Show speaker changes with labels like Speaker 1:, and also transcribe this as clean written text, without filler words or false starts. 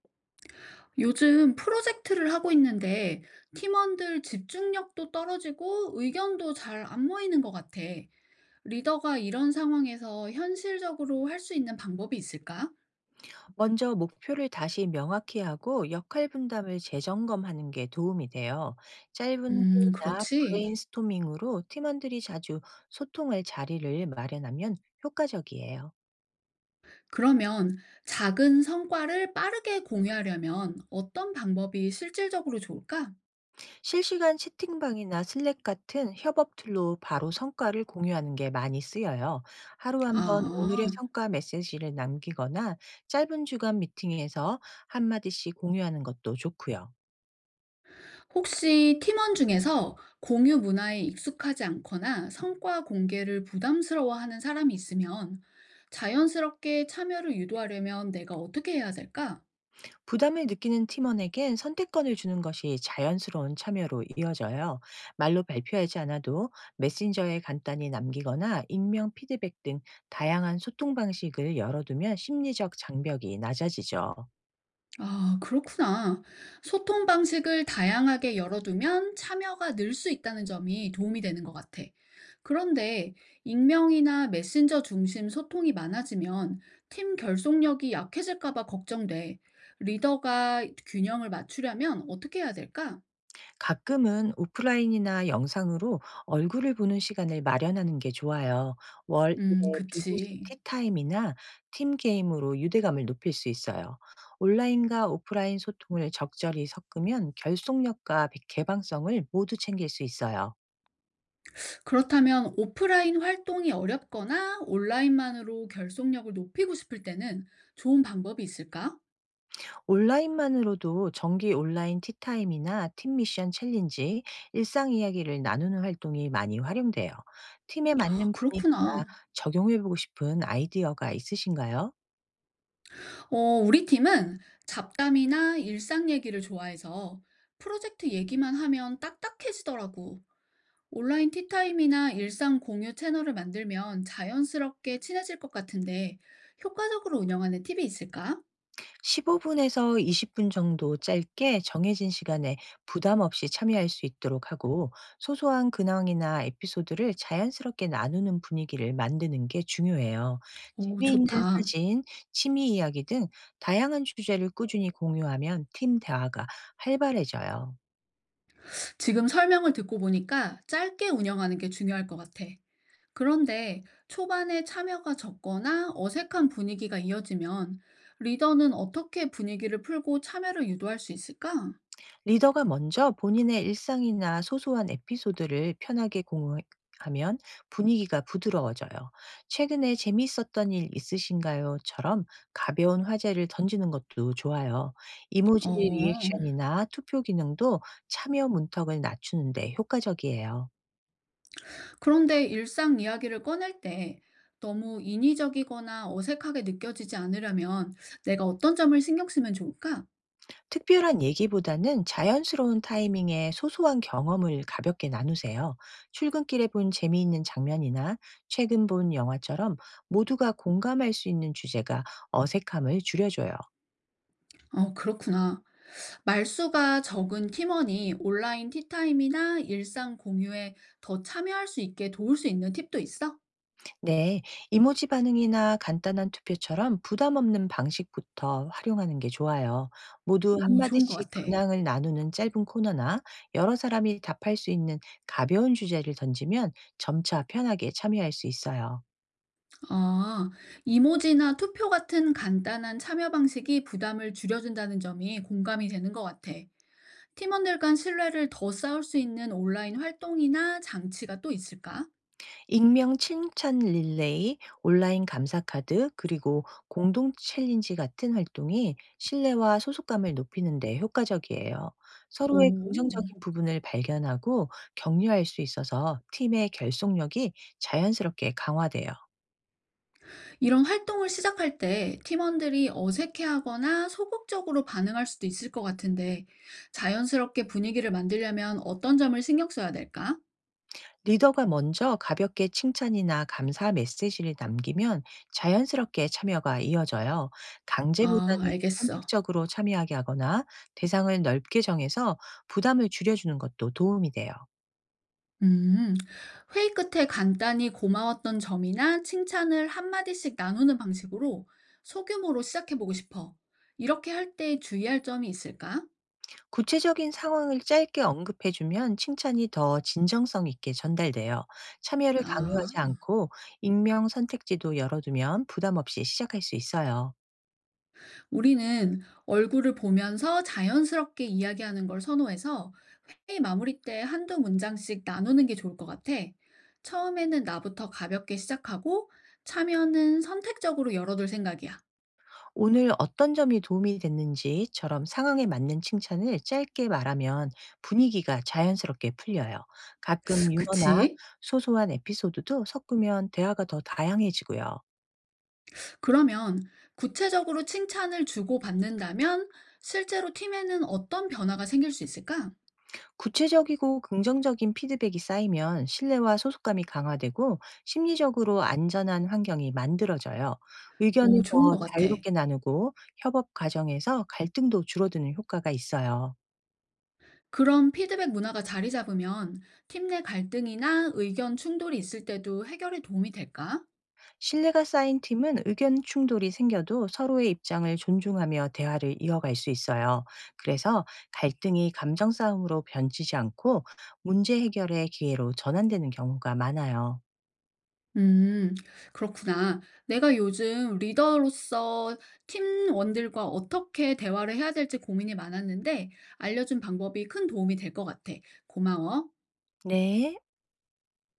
Speaker 1: 요즘 프로젝트를 하고 있는데 팀원들 집중력도 떨어지고 의견도 잘 안 모이는 것 같아. 리더가 이런 상황에서 현실적으로 할 수 있는 방법이 있을까?
Speaker 2: 먼저 목표를 다시 명확히 하고 역할 분담을 재점검하는 게 도움이 돼요. 짧은 회의나
Speaker 1: 그렇지.
Speaker 2: 브레인스토밍으로 팀원들이 자주 소통할 자리를 마련하면 효과적이에요.
Speaker 1: 그러면 작은 성과를 빠르게 공유하려면 어떤 방법이 실질적으로 좋을까?
Speaker 2: 실시간 채팅방이나 슬랙 같은 협업 툴로 바로 성과를 공유하는 게 많이 쓰여요. 하루 한번 오늘의
Speaker 1: 아.
Speaker 2: 성과 메시지를 남기거나 짧은 주간 미팅에서 한마디씩 공유하는 것도 좋고요.
Speaker 1: 혹시 팀원 중에서 공유 문화에 익숙하지 않거나 성과 공개를 부담스러워하는 사람이 있으면 자연스럽게 참여를 유도하려면 내가 어떻게 해야 될까?
Speaker 2: 부담을 느끼는 팀원에겐 선택권을 주는 것이 자연스러운 참여로 이어져요. 말로 발표하지 않아도 메신저에 간단히 남기거나 익명 피드백 등 다양한 소통 방식을 열어두면 심리적 장벽이 낮아지죠.
Speaker 1: 아, 그렇구나. 소통 방식을 다양하게 열어두면 참여가 늘 수 있다는 점이 도움이 되는 것 같아. 그런데 익명이나 메신저 중심 소통이 많아지면 팀 결속력이 약해질까 봐 걱정돼. 리더가 균형을 맞추려면 어떻게 해야 될까?
Speaker 2: 가끔은 오프라인이나 영상으로 얼굴을 보는 시간을 마련하는 게 좋아요. 월
Speaker 1: 음,
Speaker 2: 1회 비공식
Speaker 1: 그치.
Speaker 2: 티타임이나 팀 게임으로 유대감을 높일 수 있어요. 온라인과 오프라인 소통을 적절히 섞으면 결속력과 개방성을 모두 챙길 수 있어요.
Speaker 1: 그렇다면 오프라인 활동이 어렵거나 온라인만으로 결속력을 높이고 싶을 때는 좋은 방법이 있을까?
Speaker 2: 온라인만으로도 정기 온라인 티타임이나 팀 미션 챌린지, 일상 이야기를 나누는 활동이 많이 활용돼요. 팀에
Speaker 1: 아,
Speaker 2: 맞는 분위기나
Speaker 1: 그렇구나.
Speaker 2: 적용해보고 싶은 아이디어가 있으신가요?
Speaker 1: 어 우리 팀은 잡담이나 일상 얘기를 좋아해서 프로젝트 얘기만 하면 딱딱해지더라고. 온라인 티타임이나 일상 공유 채널을 만들면 자연스럽게 친해질 것 같은데 효과적으로 운영하는 팁이 있을까?
Speaker 2: 15 에서 20분 정도 짧게 정해진 시간에 부담 없이 참여할 수 있도록 하고 소소한 근황이나 에피소드를 자연스럽게 나누는 분위기를 만드는 게 중요해요.
Speaker 1: 오,
Speaker 2: 재미있는
Speaker 1: 좋다.
Speaker 2: 사진, 취미 이야기 등 다양한 주제를 꾸준히 공유하면 팀 대화가 활발해져요.
Speaker 1: 지금 설명을 듣고 보니까 짧게 운영하는 게 중요할 것 같아. 그런데 초반에 참여가 적거나 어색한 분위기가 이어지면 리더는 어떻게 분위기를 풀고 참여를 유도할 수 있을까?
Speaker 2: 리더가 먼저 본인의 일상이나 소소한 에피소드를 편하게 공유하면 분위기가 부드러워져요. 최근에 재미있었던 일 있으신가요?처럼 가벼운 화제를 던지는 것도 좋아요. 이모지
Speaker 1: 어,
Speaker 2: 리액션이나 투표 기능도 참여 문턱을 낮추는데 효과적이에요.
Speaker 1: 그런데 일상 이야기를 꺼낼 때 너무 인위적이거나 어색하게 느껴지지 않으려면 내가 어떤 점을 신경 쓰면 좋을까?
Speaker 2: 특별한 얘기보다는 자연스러운 타이밍에 소소한 경험을 가볍게 나누세요. 출근길에 본 재미있는 장면이나 최근 본 영화처럼 모두가 공감할 수 있는 주제가 어색함을 줄여줘요.
Speaker 1: 어, 그렇구나. 말수가 적은 팀원이 온라인 티타임이나 일상 공유에 더 참여할 수 있게 도울 수 있는 팁도 있어?
Speaker 2: 네, 이모지 반응이나 간단한 투표처럼 부담 없는 방식부터 활용하는 게 좋아요. 모두
Speaker 1: 오, 좋은 것
Speaker 2: 한마디씩
Speaker 1: 같아.
Speaker 2: 근황을 나누는 짧은 코너나 여러 사람이 답할 수 있는 가벼운 주제를 던지면 점차 편하게 참여할 수 있어요.
Speaker 1: 아, 이모지나 투표 같은 간단한 참여 방식이 부담을 줄여준다는 점이 공감이 되는 것 같아. 팀원들 간 신뢰를 더 쌓을 수 있는 온라인 활동이나 장치가 또 있을까?
Speaker 2: 익명 칭찬 릴레이, 온라인 감사 카드, 그리고 공동 챌린지 같은 활동이 신뢰와 소속감을 높이는 데 효과적이에요. 서로의
Speaker 1: 오,
Speaker 2: 긍정적인 부분을 발견하고 격려할 수 있어서 팀의 결속력이 자연스럽게 강화돼요.
Speaker 1: 이런 활동을 시작할 때 팀원들이 어색해하거나 소극적으로 반응할 수도 있을 것 같은데 자연스럽게 분위기를 만들려면 어떤 점을 신경 써야 될까?
Speaker 2: 리더가 먼저 가볍게 칭찬이나 감사 메시지를 남기면 자연스럽게 참여가 이어져요.
Speaker 1: 아,
Speaker 2: 강제보다는
Speaker 1: 알겠어.
Speaker 2: 선택적으로 참여하게 하거나 대상을 넓게 정해서 부담을 줄여주는 것도 도움이 돼요.
Speaker 1: 음, 회의 끝에 간단히 고마웠던 점이나 칭찬을 한마디씩 나누는 방식으로 소규모로 시작해보고 싶어. 이렇게 할 때 주의할 점이 있을까?
Speaker 2: 구체적인 상황을 짧게 언급해주면 칭찬이 더 진정성 있게 전달돼요. 참여를
Speaker 1: 아,
Speaker 2: 강요하지 않고 익명 선택지도 열어두면 부담 없이 시작할 수 있어요.
Speaker 1: 우리는 얼굴을 보면서 자연스럽게 이야기하는 걸 선호해서 회의 마무리 때 한두 문장씩 나누는 게 좋을 것 같아. 처음에는 나부터 가볍게 시작하고 참여는 선택적으로 열어둘 생각이야.
Speaker 2: 오늘 어떤 점이 도움이 됐는지처럼 상황에 맞는 칭찬을 짧게 말하면 분위기가 자연스럽게 풀려요. 가끔 유머나
Speaker 1: 그치?
Speaker 2: 소소한 에피소드도 섞으면 대화가 더 다양해지고요.
Speaker 1: 그러면 구체적으로 칭찬을 주고받는다면 실제로 팀에는 어떤 변화가 생길 수 있을까?
Speaker 2: 구체적이고 긍정적인 피드백이 쌓이면 신뢰와 소속감이 강화되고 심리적으로 안전한 환경이 만들어져요. 의견을
Speaker 1: 오, 좋은
Speaker 2: 더
Speaker 1: 것 같아.
Speaker 2: 자유롭게 나누고 협업 과정에서 갈등도 줄어드는 효과가 있어요.
Speaker 1: 그럼 피드백 문화가 자리 잡으면 팀 내 갈등이나 의견 충돌이 있을 때도 해결에 도움이 될까?
Speaker 2: 신뢰가 쌓인 팀은 의견 충돌이 생겨도 서로의 입장을 존중하며 대화를 이어갈 수 있어요. 그래서 갈등이 감정 싸움으로 변치지 않고 문제 해결의 기회로 전환되는 경우가 많아요.
Speaker 1: 음, 그렇구나. 내가 요즘 리더로서 팀원들과 어떻게 대화를 해야 될지 고민이 많았는데 알려준 방법이 큰 도움이 될 것 같아. 고마워.
Speaker 2: 네.